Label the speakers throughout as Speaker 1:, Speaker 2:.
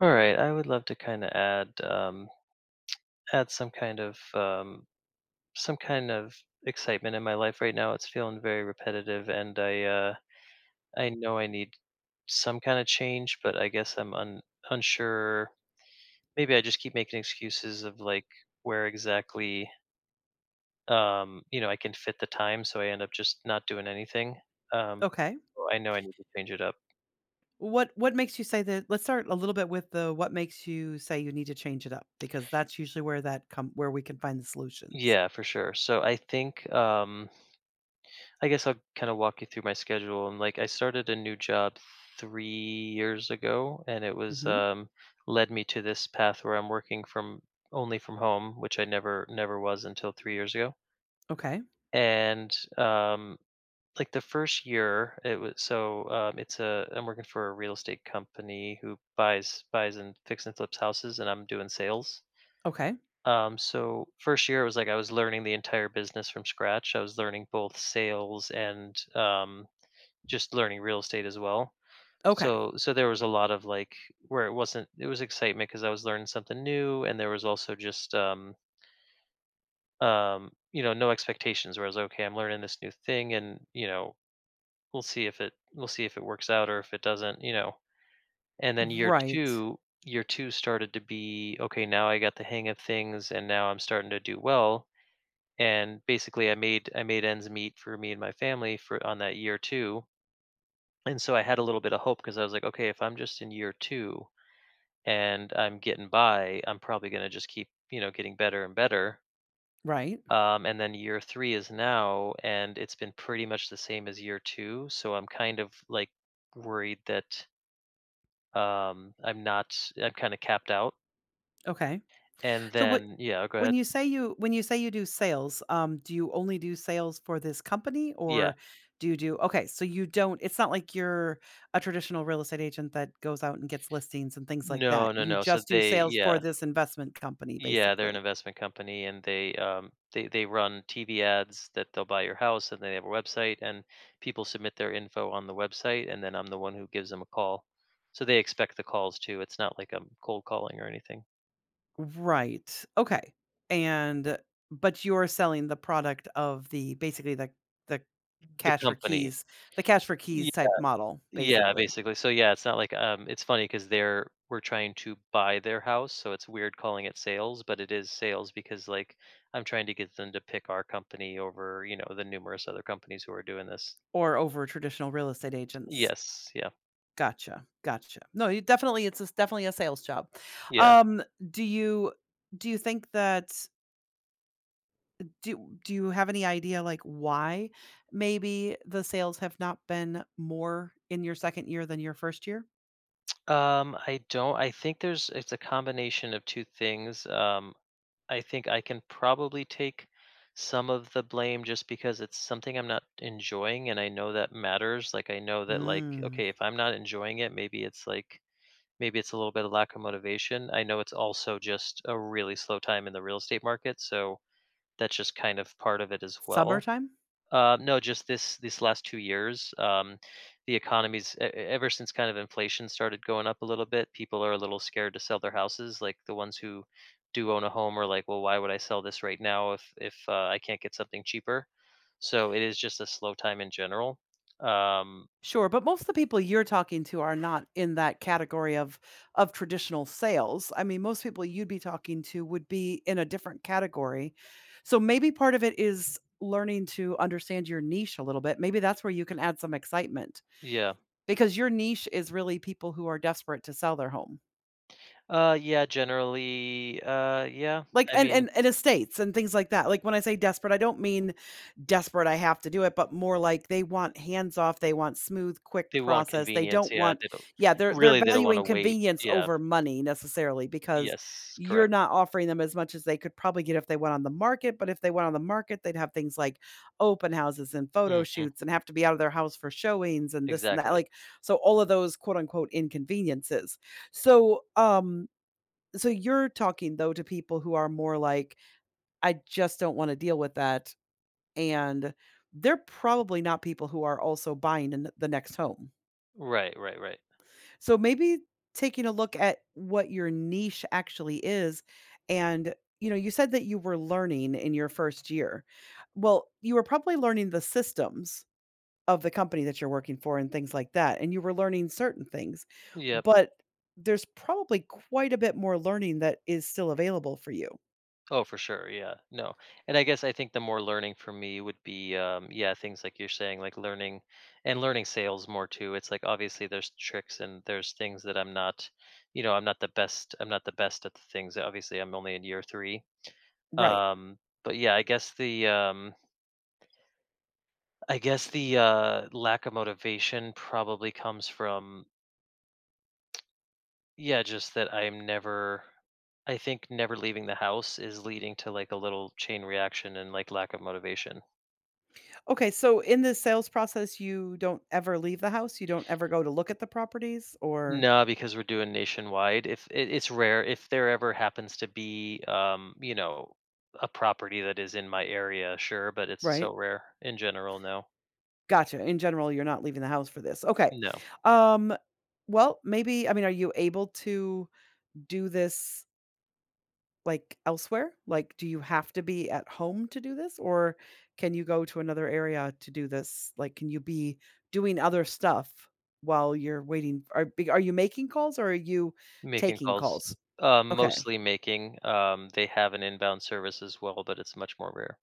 Speaker 1: All right, I would love to add add some kind of excitement in my life right now. It's feeling very repetitive, and I I know I need some kind of change, but I guess I'm unsure. Maybe I just keep making excuses of like where exactly I can fit the time, so I end up just not doing anything. Um,
Speaker 2: Okay.
Speaker 1: so I know I need to change it up.
Speaker 2: What makes you say that? Let's start a little bit with the what makes you say you need to change it up, because that's usually where that come where we can find the solutions.
Speaker 1: Yeah, for sure. So I think I guess I'll walk you through my schedule. I started a new job 3 years ago, and it was
Speaker 2: Mhm.
Speaker 1: led me to this path where I'm working from only from home, which I never was until 3 years ago.
Speaker 2: Okay.
Speaker 1: And like the first year, it was so it's a I'm working for a real estate company who buys and fix and flips houses, and I'm doing sales.
Speaker 2: Okay.
Speaker 1: So first year it was like I was learning the entire business from scratch. I was learning both sales and just learning real estate as well.
Speaker 2: Okay.
Speaker 1: So there was a lot of where it wasn't it was excitement because I was learning something new and there was also just no expectations where I was, okay, I'm learning this new thing, and we'll see if it we'll see if it works out or if it doesn't, and then year
Speaker 2: Right.
Speaker 1: 2. Year 2 started to be, okay, now I got the hang of things and now I'm starting to do well, and basically I made ends meet for me and my family for on that year 2. And so I had a little bit of hope because I was like, okay, if I'm just in year two and I'm getting by, I'm probably going to just keep, getting better and better.
Speaker 2: Right.
Speaker 1: And then year three is now, and it's been pretty much the same as year two. So I'm like worried that I'm not, I'm capped out.
Speaker 2: Okay.
Speaker 1: And
Speaker 2: So what
Speaker 1: then, yeah, go
Speaker 2: when
Speaker 1: ahead.
Speaker 2: you say you when you say you do sales, do you only do sales for this company,
Speaker 1: Yeah.
Speaker 2: or do you do Okay, so you don't, it's not like you're a traditional real estate agent that goes out and gets listings and things like that.
Speaker 1: No, no,
Speaker 2: You
Speaker 1: no. So
Speaker 2: just do
Speaker 1: they,
Speaker 2: sales for
Speaker 1: yeah.
Speaker 2: this investment company,
Speaker 1: Yeah, they're an
Speaker 2: basically.
Speaker 1: investment company, and they run TV ads that they'll buy your house, and they have a website, and people submit their info on the website, and then I'm the one who gives them a call. So they expect the calls too. It's not like I'm cold calling or anything.
Speaker 2: Right. Okay. And but you're selling the product of, the basically the
Speaker 1: The
Speaker 2: cash for
Speaker 1: company,
Speaker 2: keys, the cash for
Speaker 1: yeah,
Speaker 2: keys type model,
Speaker 1: yeah,
Speaker 2: basically,
Speaker 1: basically. So yeah, it's not like it's funny because they're we're trying to buy their house, so it's weird calling it sales, but it is sales because like I'm trying to get them to pick our company over, the numerous other companies who are doing this.
Speaker 2: or over traditional real estate agents.
Speaker 1: Yes, yeah.
Speaker 2: Gotcha. Gotcha. No, you definitely definitely a sales job.
Speaker 1: Yeah.
Speaker 2: Um, do you do you think that do do you have any idea like why maybe the sales have not been more in your second year than your first year?
Speaker 1: I don't. I think there's it's a combination of two things. I think I can probably take some of the blame just because it's something I'm not enjoying and I know that matters. Like I know that, like,
Speaker 2: Mm.
Speaker 1: okay, if I'm not enjoying it, maybe it's a little bit of lack of motivation. I know it's also just a really slow time in the real estate market, so that's just part of it as well.
Speaker 2: Summertime?
Speaker 1: No, just this these last 2 years. The economy's e e ever since inflation started going up a little bit, people are a little scared to sell their houses, like, the ones who do own a home are like, "Well, why would I sell this right now if I can't get something cheaper?" So, it is just a slow time in general. Um,
Speaker 2: Sure, but most of the people you're talking to are not in that category of traditional sales. I mean, most people you'd be talking to would be in a different category. So maybe part of it is learning to understand your niche a little bit. Maybe that's where you can add some excitement,
Speaker 1: yeah.
Speaker 2: because your niche is really people who are desperate to sell their home.
Speaker 1: Yeah, generally. Yeah,
Speaker 2: Like,
Speaker 1: I
Speaker 2: and
Speaker 1: mean,
Speaker 2: and and estates and things like that. Like, when I say desperate, I don't mean desperate, I have to do it, but more like they want hands off, they want smooth, quick
Speaker 1: they want
Speaker 2: process. They
Speaker 1: convenience,
Speaker 2: don't
Speaker 1: yeah,
Speaker 2: want.
Speaker 1: they don't
Speaker 2: Yeah, they're
Speaker 1: really, they don't
Speaker 2: valuing
Speaker 1: wanna wait.
Speaker 2: convenience
Speaker 1: Yeah.
Speaker 2: over money, necessarily, because
Speaker 1: Yes,
Speaker 2: you're
Speaker 1: correct.
Speaker 2: not offering them as much as they could probably get if they went on the market. But if they went on the market, they'd have things like open houses and photo
Speaker 1: Mhm.
Speaker 2: shoots and have to be out of their house for showings and this and that,
Speaker 1: Exactly.
Speaker 2: like, so all of those quote unquote "inconveniences." So, so you're talking, though, to people who are more like, "I just don't wanna deal with that," and they're probably not people who are also buying in the next home.
Speaker 1: Right, right, right.
Speaker 2: So maybe taking a look at what your niche actually is, and, you said that you were learning in your first year. Well, you were probably learning the systems of the company that you're working for and things like that, and you were learning certain things,
Speaker 1: Yep.
Speaker 2: but there's probably quite a bit more learning that is still available for you.
Speaker 1: Oh, for sure. Yeah. No. And I guess I think the more learning for me would be, yeah, things like you're saying, like learning and learning sales more too. It's like obviously there's tricks and there's things that I'm not, I'm not the best. I'm not the best at the things. Obviously, I'm only in year three.
Speaker 2: Right.
Speaker 1: Um, but yeah, I guess the lack of motivation probably comes from yeah, just that I think never leaving the house is leading to like a little chain reaction and like lack of motivation.
Speaker 2: Okay, so in the sales process, you don't ever leave the house? You don't ever go to look at the properties, or
Speaker 1: No, because we're doing nationwide. If it, It's rare, if there ever happens to be, a property that is in my area, sure, but it's
Speaker 2: right?
Speaker 1: so rare in general. No,
Speaker 2: Gotcha. In general, you're not leaving the house for this. Okay.
Speaker 1: no,
Speaker 2: Um well, maybe, I mean, are you able to do this like elsewhere? Like, do you have to be at home to do this, or can you go to another area to do this? Like, can you be doing other stuff while you're waiting? Are you making calls or are you
Speaker 1: making
Speaker 2: taking
Speaker 1: calls.
Speaker 2: calls? Okay.
Speaker 1: Mostly making. They have an inbound service as well, but it's much more rare.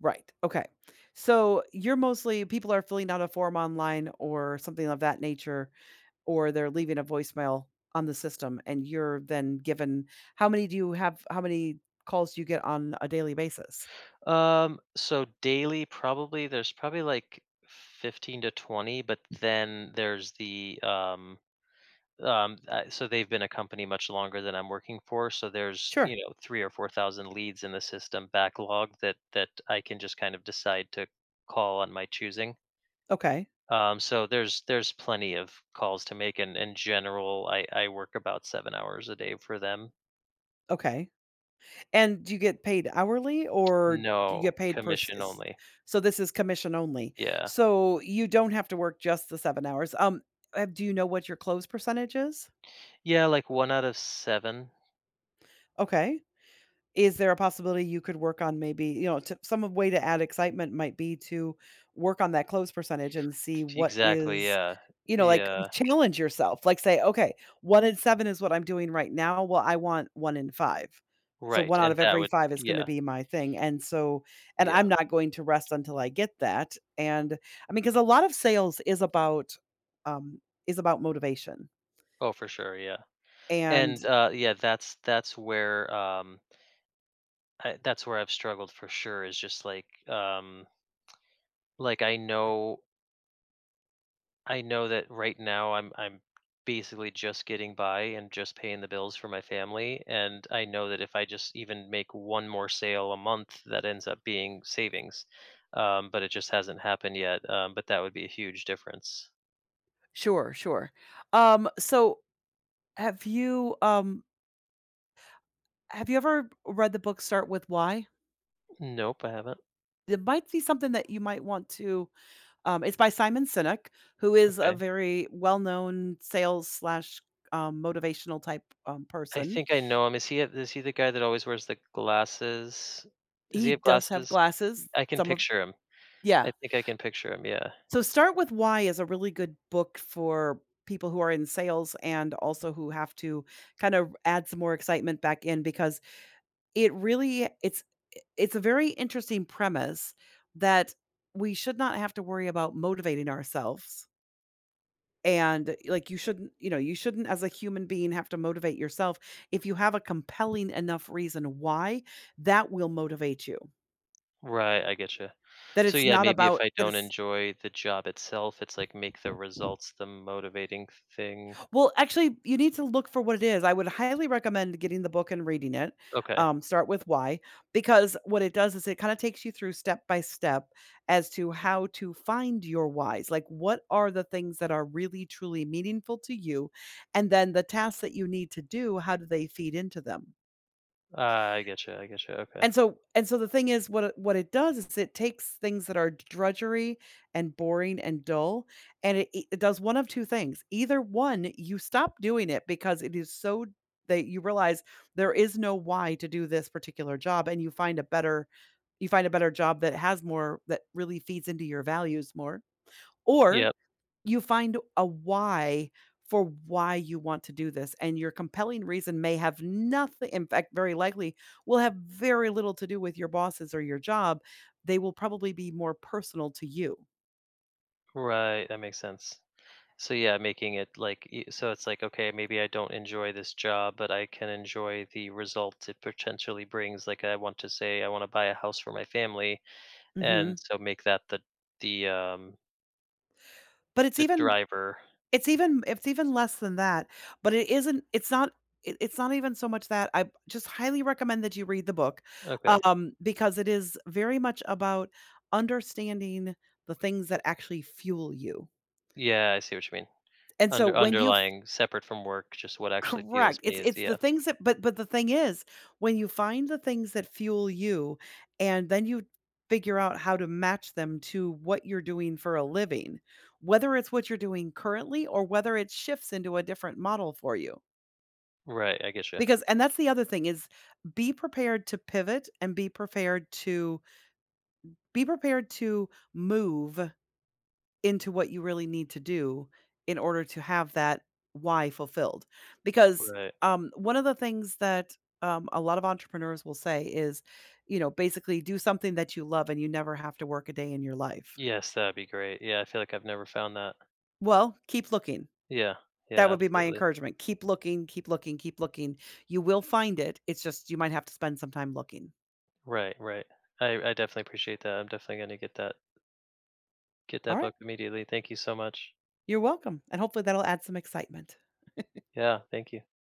Speaker 2: Right. Okay. So you're mostly people are filling out a form online or something of that nature, or they're leaving a voicemail on the system, and you're then given how many do you have? How many calls do you get on a daily basis?
Speaker 1: So daily, probably there's probably like 15 to 20, but then there's the so they've been a company much longer than I'm working for. So there's,
Speaker 2: Sure.
Speaker 1: 3 or 4 thousand leads in the system backlog that I can just decide to call on my choosing.
Speaker 2: Okay.
Speaker 1: So there's plenty of calls to make, and in general, I work about 7 hours a day for them.
Speaker 2: Okay. And do you get paid hourly or do you get
Speaker 1: No,
Speaker 2: paid per?
Speaker 1: commission only.
Speaker 2: So this is commission only.
Speaker 1: Yeah,
Speaker 2: So you don't have to work just the 7 hours. Do you know what your close percentage is?
Speaker 1: yeah, like one out of seven.
Speaker 2: Okay. Is there a possibility you could work on, maybe, to some of way to add excitement might be to work on that close percentage and see what
Speaker 1: Exactly.
Speaker 2: is,
Speaker 1: Yeah,
Speaker 2: you know, like
Speaker 1: yeah,
Speaker 2: challenge yourself. Like, say, okay, one in seven is what I'm doing right now. Well, I want one in five. So
Speaker 1: right.
Speaker 2: one out
Speaker 1: And
Speaker 2: of
Speaker 1: that
Speaker 2: every
Speaker 1: would
Speaker 2: five is going to
Speaker 1: yeah,
Speaker 2: be my thing. And so, and
Speaker 1: yeah.
Speaker 2: I'm not going to rest until I get that. And I mean, because a lot of sales is about um motivation.
Speaker 1: Oh, for sure. Yeah.
Speaker 2: And
Speaker 1: And, yeah, that's where, I that's where I've struggled for sure is just like I know that right now I'm basically just getting by and just paying the bills for my family, and I know that if I just even make one more sale a month, that ends up being savings. But it just hasn't happened yet, but that would be a huge difference.
Speaker 2: Sure, sure. So have you um Have you ever read the book Start With Why?
Speaker 1: Nope, I haven't.
Speaker 2: It might be something that you might want to it's by Simon Sinek, who is a
Speaker 1: Okay.
Speaker 2: very well-known sales slash motivational type
Speaker 1: I
Speaker 2: person.
Speaker 1: think I know him. Is he the guy that always wears the glasses? Does he
Speaker 2: He
Speaker 1: have
Speaker 2: does have
Speaker 1: glasses?
Speaker 2: glasses.
Speaker 1: I can
Speaker 2: Some of
Speaker 1: picture him.
Speaker 2: Yeah.
Speaker 1: I think I can picture him, yeah.
Speaker 2: So Start With Why is a really good book for people who are in sales and also who have to kind of add some more excitement back in, because It really it's it's a very interesting premise that we should not have to worry about motivating ourselves. And, like, you shouldn't, as a human being, have to motivate yourself. If you have a compelling enough reason why, that will motivate you.
Speaker 1: Right, I get you.
Speaker 2: That
Speaker 1: So,
Speaker 2: it's
Speaker 1: yeah,
Speaker 2: not
Speaker 1: maybe if
Speaker 2: about,
Speaker 1: I
Speaker 2: that
Speaker 1: don't
Speaker 2: it's,
Speaker 1: enjoy the job itself, it's like make the results the motivating thing.
Speaker 2: well, actually, you need to look for what it is. I would highly recommend getting the book and reading it.
Speaker 1: Okay.
Speaker 2: Start with why, because what it does is it kind of takes you through step by step as to how to find your whys. Like, what are the things that are really, truly meaningful to you? And then the tasks that you need to do, how do they feed into them?
Speaker 1: Ah, I get you. I get you. Okay.
Speaker 2: And so the thing is, what it does is it takes things that are drudgery and boring and dull, and it does one of two things. Either one, you stop doing it because it is so that you realize there is no why to do this particular job, and you find a better job that has more, that really feeds into your values more, or
Speaker 1: Yep,
Speaker 2: you find a why for why you want to do this, and your compelling reason may have nothing, in fact, very likely will have very little to do with your bosses or your job. They will probably be more personal to you.
Speaker 1: right, that makes sense. So, yeah, making it like y so it's like, okay, maybe I don't enjoy this job, but I can enjoy the result it potentially brings, like, I want to say I wanna buy a house for my family, and
Speaker 2: Mhm.
Speaker 1: so make that the, um,
Speaker 2: But it's
Speaker 1: the
Speaker 2: even
Speaker 1: driver.
Speaker 2: It's even less than that, but it isn't, it's not, it's not even so much that. I just highly recommend that you read the book,
Speaker 1: Okay.
Speaker 2: because it is very much about understanding the things that actually fuel you.
Speaker 1: Yeah, I see what you mean.
Speaker 2: And so when you f
Speaker 1: Underlying separate from work, just what actually
Speaker 2: Correct,
Speaker 1: fuels me
Speaker 2: it's
Speaker 1: is
Speaker 2: it's the
Speaker 1: yeah.
Speaker 2: things that, but the thing is, when you find the things that fuel you and then you figure out how to match them to what you're doing for a living, whether it's what you're doing currently or whether it shifts into a different model for you.
Speaker 1: Right, I get you.
Speaker 2: Because and that's the other thing is, be prepared to pivot and be prepared to move into what you really need to do in order to have that why fulfilled. Because,
Speaker 1: Right.
Speaker 2: one of the things that, a lot of entrepreneurs will say is, basically do something that you love and you never have to work a day in your life.
Speaker 1: Yes, that'd be great. Yeah, I feel like I've never found that.
Speaker 2: Well, keep looking.
Speaker 1: Yeah.
Speaker 2: That
Speaker 1: Yeah,
Speaker 2: would be my
Speaker 1: absolutely.
Speaker 2: encouragement. Keep looking, keep looking, keep looking. You will find it. It's just you might have to spend some time looking.
Speaker 1: Right, right. I definitely appreciate that. I'm definitely going to get
Speaker 2: All
Speaker 1: that
Speaker 2: right.
Speaker 1: book immediately. Thank you so much.
Speaker 2: You're welcome, and hopefully that'll add some excitement.
Speaker 1: Yeah, thank you.